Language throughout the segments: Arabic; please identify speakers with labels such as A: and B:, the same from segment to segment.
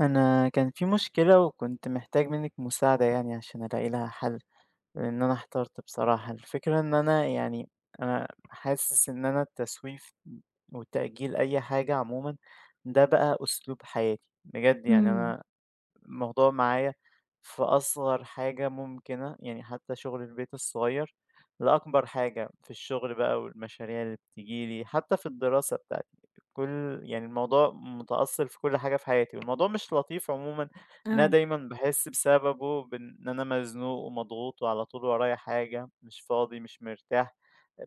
A: أنا كان في مشكلة وكنت محتاج منِّك مساعدة يعني عشان ألاقي لها حل، لإن أنا احترت بصراحة. الفكرة إن أنا يعني أنا حاسس إن أنا التسويف وتأجيل أي حاجة عمومًا ده بقى أسلوب حياتي، بجد يعني
B: إمم،
A: أنا الموضوع معايا في أصغر حاجة ممكنة، يعني حتى شغل البيت الصغير لأكبر حاجة في الشغل بقى والمشاريع اللي بتيجي لي، حتى في الدراسة بتاعتي، كل يعني الموضوع متأثّر في كل حاجة في حياتي، والموضوع مش لطيف عمومًا إن أنا
B: آه،
A: دايمًا باحس بسببه بإن أنا مزنوق ومضغوط وعلى طول ورايا حاجة، مش فاضي، مش مرتاح،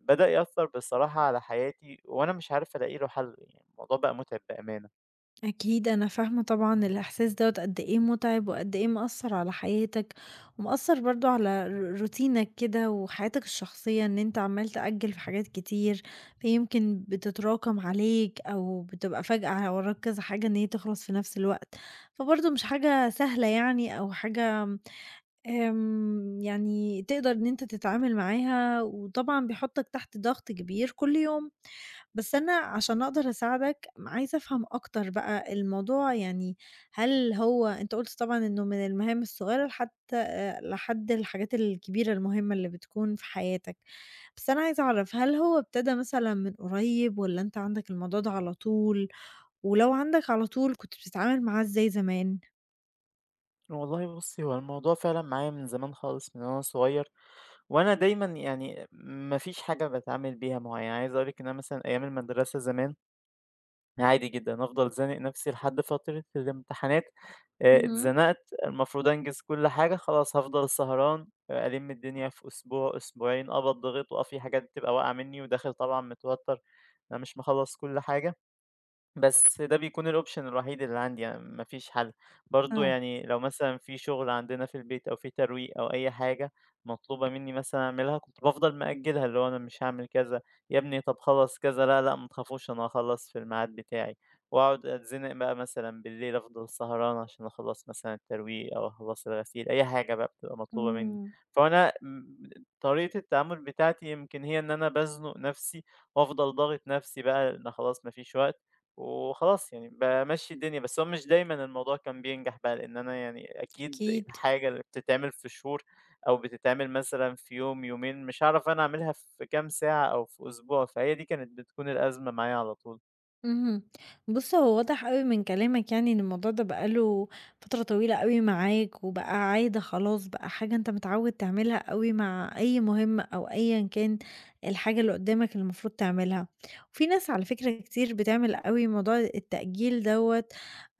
A: بدأ يأثّر بصراحة على حياتي وأنا مش عارف ألاقي له حل، يعني الموضوع بقى مُتعب بأمان.
B: أكيد أنا فاهمة طبعًا الإحساس دوّة قد إيه مُتعِب وقد إيه مأثّر على حياتك، ومأثّر برضه على روتينك كده وحياتك الشخصية، إن أنت عمّال تأجّل في حاجات كتير، فيمكن بتتراكم عليك أو بتبقى فجأة وراك كذا حاجة إن هي تخلص في نفس الوقت، فبرضه مش حاجة سهلة يعني أو حاجة يعني تقدر إن أنت تتعامل معاها، وطبعًا بيحطك تحت ضغط كبير كل يوم، بس أنا عشان أقدر أساعدك عايزة أفهم أكتر بقى الموضوع يعني هل هو أنت قُلت طبعًا إنه من المهام الصغيرة لحتى لحد الحاجات الكبيرة المهمة اللي بتكون في حياتك، بس أنا عايزة أعرف هل هو ابتدى مثلًا من قريب والّا أنت عندك الموضوع ده على طول؟ ولو عندك على طول كنت بتتعامل معاه إزاي زمان؟
A: والله بُصّي، هو الموضوع فعلًا معايا من زمان خالص من وأنا صغير، وأنا دايمًا يعني ما فيش حاجة باتعامل بيها معيّنة، يعني عايز أقول لِك إن أنا مثلًا أيام المدرسة زمان عادي جدًا، أفضل زانق نفسي لحد فترة الامتحانات،
B: اهم،
A: اتزنقت المفروض أنجز كل حاجة، خلاص هافضل سهران آه، ألِم الدنيا في أسبوع، أسبوعين، أبقى اتضغِط وآه في حاجات بتبقى واقعة منّي وداخل طبعًا متوتّر، أنا مش مخلّص كل حاجة. بس ده بيكون الoption الوحيد اللي عندي يعني ما فيش حل، برضه
B: آه.
A: يعني لو مثلًا في شغل عندنا في البيت أو في ترويق أو أي حاجة مطلوبة مني مثلًا أعملها، كنت بافضل مأجلها اللي هو أنا مش هاعمل كذا، يا ابني طب خلّص كذا، لا، لأ ما تخافوش أنا هاخلّص في الميعاد بتاعي، وأقعد أتزنق بقى مثلًا بالليل أفضل سهران عشان أخلّص مثلًا الترويق أو أخلّص الغسيل، أي حاجة بقى بتبقى مطلوبة مني،
B: إمم،
A: فأنا م طريقة التعامل بتاعتي يمكن هي إن أنا بازنق نفسي وأفضل ضاغط نفسي بقى إن خلاص ما فيش وقت. وخلاص يعني بامشّي الدنيا، بس هو مش دايمًا الموضوع كان بينجح بقى، لإن أنا يعني أكيد
B: أكيد.
A: الحاجة اللي بتتعمل في شهور أو بتتعمل مثلًا في يوم، يومين، مش هاعرف أنا أعملها في كام ساعة أو في أسبوع، فهي دي كانت بتكون الأزمة معايا على طول.
B: اهم. بُص، هو واضح أوي من كلامك يعني إن الموضوع ده بقى له فترة طويلة أوي معاك، وبقى عادة خلاص، بقى حاجة أنت متعود تعملها أوي مع أي مهمة أو أيًا كان الحاجة اللي قدامك اللي المفروض تعملها. وفي ناس على فكرة كتير بتعمل أوي موضوع التأجيل دوّة،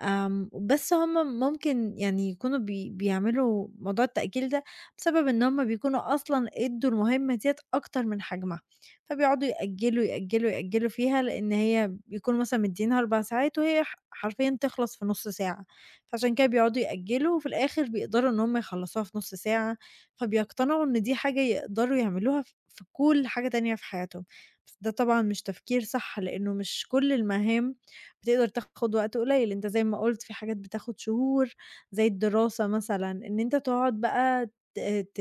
B: بس هُم ممكن يعني يكونوا بيعملوا موضوع التأجيل ده بسبب إن هُم بيكونوا أصلًا ادّوا المهمة ديّة أكتر من حجمها، فبيقعدوا يأجلوا، يأجلوا، يأجلوا فيها لإن هي بيكونوا مثلًا مدّيينها 4 ساعات وهي حرفيًا تخلص في نُص ساعة، فعشان كده بيقعدوا يأجّلوا وفي الآخر بيقدروا إن هُم يخلّصوها في نُص ساعة، فبيقتنعوا إن دي حاجة يقدروا يعملوها في كل حاجة تانية في حياتهم، بس ده طبعًا مش تفكير صح لإنه مش كل المهام بتقدر تاخد وقت قليل، أنت زي ما قُلت في حاجات بتاخد شهور زي الدراسة مثلًا، إن أنت تقعد بقى ت ت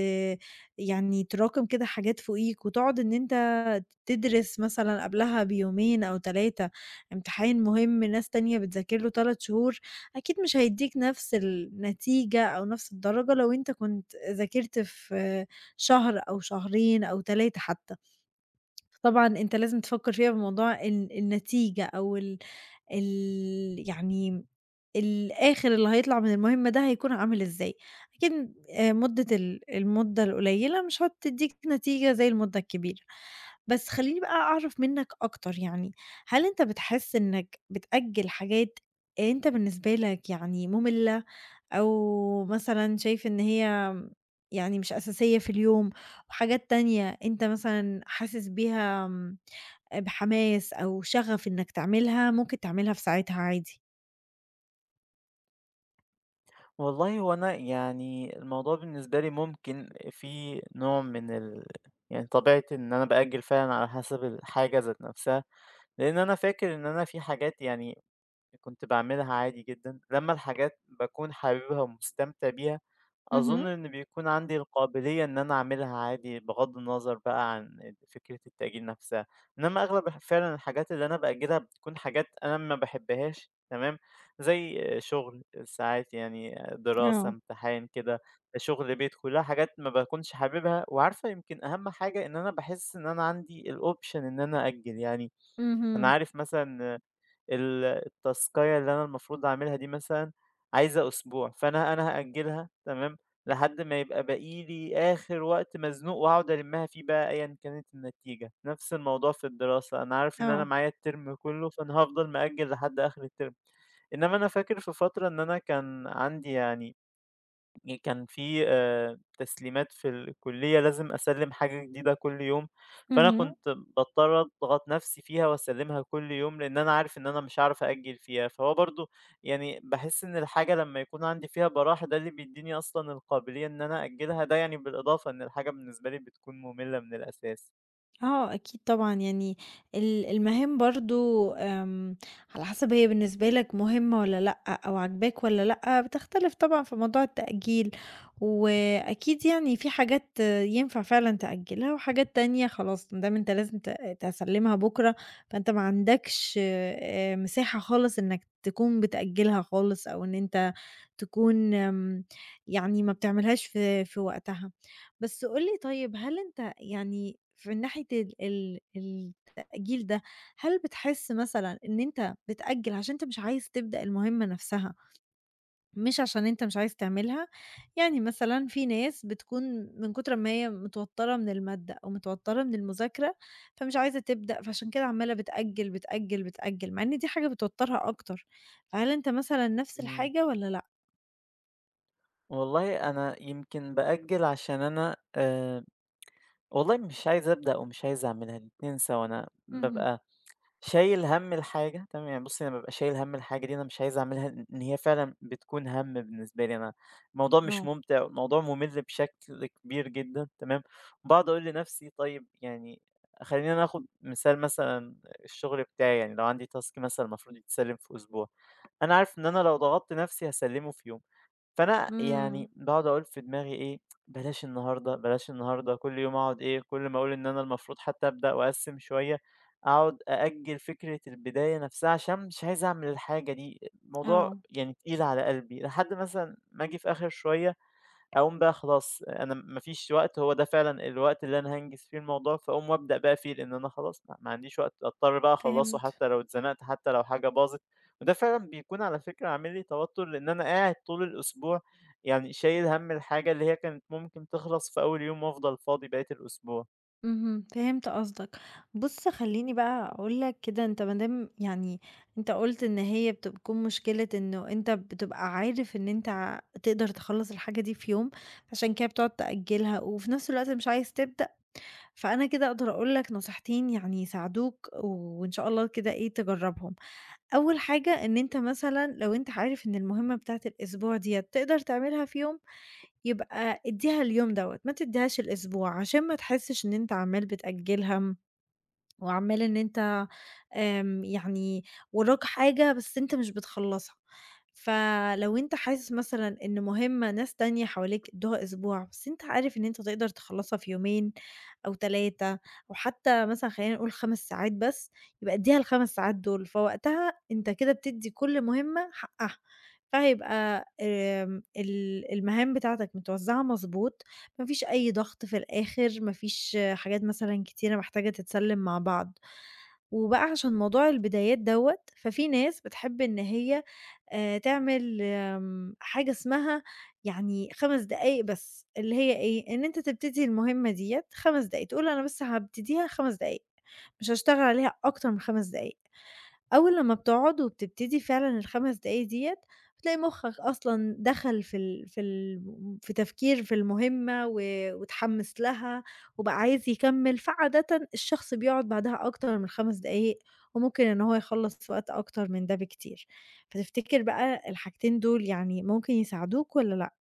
B: يعني تراكم كده حاجات فوقيك وتقعد إن أنت تدرس مثلًا قبلها بيومين أو 3. امتحان مهم ناس تانية بتذاكر له 3 شهور، أكيد مش هيدّيك نفس النتيجة أو نفس الدرجة لو أنت كنت ذاكرت في شهر أو شهرين أو 3 حتى. طبعًا أنت لازم تفكّر فيها بموضوع النتيجة أو ال ال يعني الآخر اللي هيطلع من المهمة ده هيكون عامل إزاي، أكيد مدة ال المدة القليلة مش هتدّيك نتيجة زي المدة الكبيرة، بس خلّيني بقى أعرف منّك أكتر يعني، هل أنت بتحس إنّك بتأجّل حاجات أنت بالنسبة لك يعني مُملة أو مثلًا شايف إن هي يعني مش أساسية في اليوم؟ وحاجات تانية أنت مثلًا حاسس بيها بحماس أو شغف إنك تعملها، ممكن تعملها في ساعتها عادي.
A: والله هو أنا يعني الموضوع بالنسبة لي ممكن في نوع من ال يعني طبيعة إن أنا بأجّل فعلًا على حسب الحاجة ذات نفسها، لإن أنا فاكر إن أنا في حاجات يعني كنت باعملها عادي جدًا، لمّا الحاجات باكون حاببها ومستمتع بيها، أظن
B: اهم،
A: إن بيكون عندي القابلية إن أنا أعملها عادي بغض النظر بقى عن فكرة التأجيل نفسها، إنما أغلب فعلًا الحاجات اللي أنا بأجلها بتكون حاجات أنا ما باحبهاش تمام، زي شغل ساعات يعني دراسة،
B: آه،
A: امتحان كده، شغل بيت، كلها حاجات ما باكونش حاببها، وعارفة يمكن أهم حاجة إن أنا باحس إن أنا عندي الoption إن أنا أأجل، يعني أنا
B: اهم،
A: عارف مثلًا ال التاسكاية اللي أنا المفروض أعملها دي مثلًا عايزة أسبوع، فأنا هأجلها تمام، لحد ما يبقى باقي لي آخر وقت مزنوق وأقعد ألمها فيه بقى أيًا كانت النتيجة. نفس الموضوع في الدراسة، أنا عارف إن أنا
B: آه.
A: معايا الترم كله، فأنا هافضل مأجل لحد آخر الترم. إنما أنا فاكر في فترة إن أنا كان عندي يعني كان في تسليمات في الكلية لازم أسلِّم حاجة جديدة كل يوم، فأنا
B: اهم.
A: كنت باضطر أضغط نفسي فيها وأسلِّمها كل يوم، لإن أنا عارف إن أنا مش هاعرف أأجِّل فيها، فهو برضه يعني باحس إن الحاجة لمّا يكون عندي فيها براح ده اللي بيدّيني أصلًا القابلية إن أنا أأجِّلها، ده يعني بالإضافة إن الحاجة بالنسبة لي بتكون مملة من الأساس.
B: آه، أكيد طبعًا، يعني المهام برضه على حسب هي بالنسبة لك مهمة والّا لأ، أو عاجباك والّا لأ، بتختلف طبعًا في موضوع التأجيل، وأكيد يعني في حاجات ينفع فعلًا تأجلها، وحاجات تانية خلاص ما دام أنت لازم تسلمها بكرة، فأنت ما عندكش مساحة خالص إنك تكون بتأجلها خالص، أو إن أنت تكون يعني ما بتعملهاش في وقتها. بس قُل لي طيب هل أنت يعني في ناحية ال ال التأجيل ده، هل بتحس مثلًا إن أنت بتأجّل عشان أنت مش عايز تبدأ المهمة نفسها، مش عشان أنت مش عايز تعملها؟ يعني مثلًا في ناس بتكون من كتر ما هي متوترة من المادة أو متوترة من المذاكرة، فمش عايزة تبدأ، فعشان كده عمّالة بتأجّل، بتأجّل، بتأجّل، مع إن دي حاجة بتوترها أكتر، فهل أنت مثلًا نفس
A: إمم.
B: الحاجة والّا لأ؟
A: والله أنا يمكن بأجِّل عشان أنا والله مش عايز أبدأ ومش عايز أعملها الاتنين سوا، أنا
B: اهم.
A: بابقى شايل هَم الحاجة تمام، يعني بُصّي أنا بابقى شايل هَم الحاجة دي أنا مش عايز أعملها إن هي فعلًا بتكون هَم بالنسبة لي أنا، الموضوع مش
B: آه.
A: ممتع والموضوع مُمِل بشكل كبير جدًا تمام، باقعد أقول لنفسي طيب يعني خلّينا ناخد مثال مثلًا الشغل بتاعي يعني لو عندي task مثلًا المفروض يتسلّم في أسبوع، أنا عارف إن أنا لو ضغطت نفسي هاسلّمه في يوم. فأنا
B: إمم.
A: يعني باقعد أقول في دماغي إيه، بلاش النهارده، بلاش النهارده، كل يوم أقعد إيه، كل ما أقول إن أنا المفروض حتى أبدأ وأقسّم شوية، أقعد أأجّل فكرة البداية نفسها عشان مش عايز أعمل الحاجة دي، الموضوع
B: آه،
A: يعني تقيل على قلبي، لحد مثلًا ما آجي في آخر شوية أقوم بقى خلاص أنا ما فيش وقت، هو ده فعلًا الوقت اللي أنا هانجز فيه الموضوع، فأقوم وأبدأ بقى فيه، لإن أنا خلاص ما عنديش وقت، أضطر بقى أخلّصه
B: فهمت.
A: حتى لو اتزنقت، حتى لو حاجة باظت، وده فعلًا بيكون على فكرة عامل لي توتر، لإن أنا قاعد طول الأسبوع يعني شايل هَم الحاجة اللي هي كانت ممكن تخلص في أول يوم وأفضل فاضي بقية الأسبوع.
B: اهم، فهمت قصدك. بُص خلّيني بقى أقول لك كده أنت ما دام يعني أنت قُلت إن هي بتكون مشكلة إنه أنت بتبقى عارف إن أنت تقدر تخلّص الحاجة دي في يوم، عشان كده بتقعد تأجّلها وفي نفس الوقت مش عايز تبدأ، فأنا كده أقدر أقول لك نصيحتين يعني يساعدوك و- وإن شاء الله كده إيه تجرّبهم. أول حاجة إن أنت مثلًا لو أنت عارف إن المهمة بتاعة الأسبوع ديّة تقدر تعملها في يوم، يبقى ادّيها اليوم دوّة، ما تدّيهاش الأسبوع، عشان ما تحسّش إن أنت عمّال بتأجّلها، وعمّال إن أنت يعني وراك حاجة بس أنت مش بتخلّصها، فلو أنت حاسس مثلًا إن مهمة ناس تانية حواليك ادّوها أسبوع، بس أنت عارف إن أنت تقدر تخلّصها في يومين أو 3 أو حتى مثلًا خلّينا نقول 5 ساعات بس، يبقى ادّيها ال5 ساعات دول، فوقتها أنت كده بتدّي كل مهمة حقّها، فهيبقى المهام بتاعتك متوزّعة مضبوط ما فيش أي ضغط في الآخر، ما فيش حاجات مثلًا كتيرة محتاجة تتسلِّم مع بعض. وبقى عشان موضوع البدايات دوّة، ففي ناس بتحب إن هي تعمل حاجة اسمها يعني 5 دقايق بس، اللي هي إيه، إن أنت تبتدي المهمة ديّة 5 دقايق، تقول أنا بس هابتديها 5 دقايق، مش هاشتغل عليها أكتر من 5 دقايق. أول لمّا بتقعد وبتبتدي فعلًا ال5 دقايق ديّة، بتلاقي مُخّك أصلًا دخل في تفكير في المهمة و واتحمّس لها وبقى عايز يكمّل، فعادةً الشخص بيقعد بعدها أكتر من 5 دقايق وممكن إن هو يخلّص في وقت أكتر من ده بكتير. فتفتكر بقى الحاجتين دول يعني ممكن يساعدوك والّا لأ؟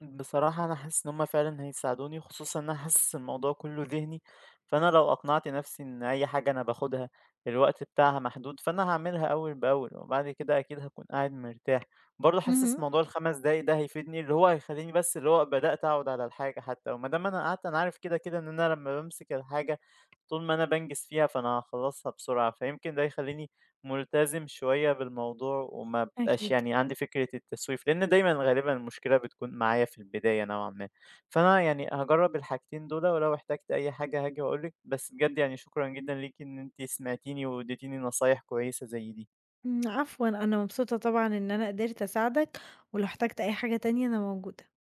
A: بصراحة أنا حاسس إن هما فعلًا هيساعدوني، خصوصًا إن أنا حاسس الموضوع كله ذهني، فأنا لو أقنعت نفسي إن أي حاجة أنا باخدها الوقت بتاعها محدود، فأنا هاعملها أول بأول، وبعد كده أكيد هاكون قاعد مرتاح. برضه حاسس
B: اهم،
A: موضوع ال5 دقايق ده هيفيدني، اللي هو هيخليني بس اللي هو بدأت أقعد على الحاجة حتى، وما دام أنا قعدت أنا عارف كده كده إن أنا لما بامسك الحاجة طول ما أنا بانجز فيها فأنا هاخلّصها بسرعة، فيمكن ده يخلّيني ملتزم شوية بالموضوع وما أبقاش
B: أكيد.
A: يعني عندي فكرة التسويف، لإن دايمًا غالبًا المشكلة بتكون معايا في البداية نوعًا ما. فأنا يعني هاجرّب الحاجتين دول ولو احتجت أي حاجة هاجي وأقول لِك، بس بجد يعني شكرًا جدًا ليكِ إن أنتِ سمعتيني واديتيني نصايح كويسة زي دي.
B: إمم، عفوًا، أنا مبسوطة طبعًا إن أنا قدرت أساعدك، ولو احتجت أي حاجة تانية أنا موجودة.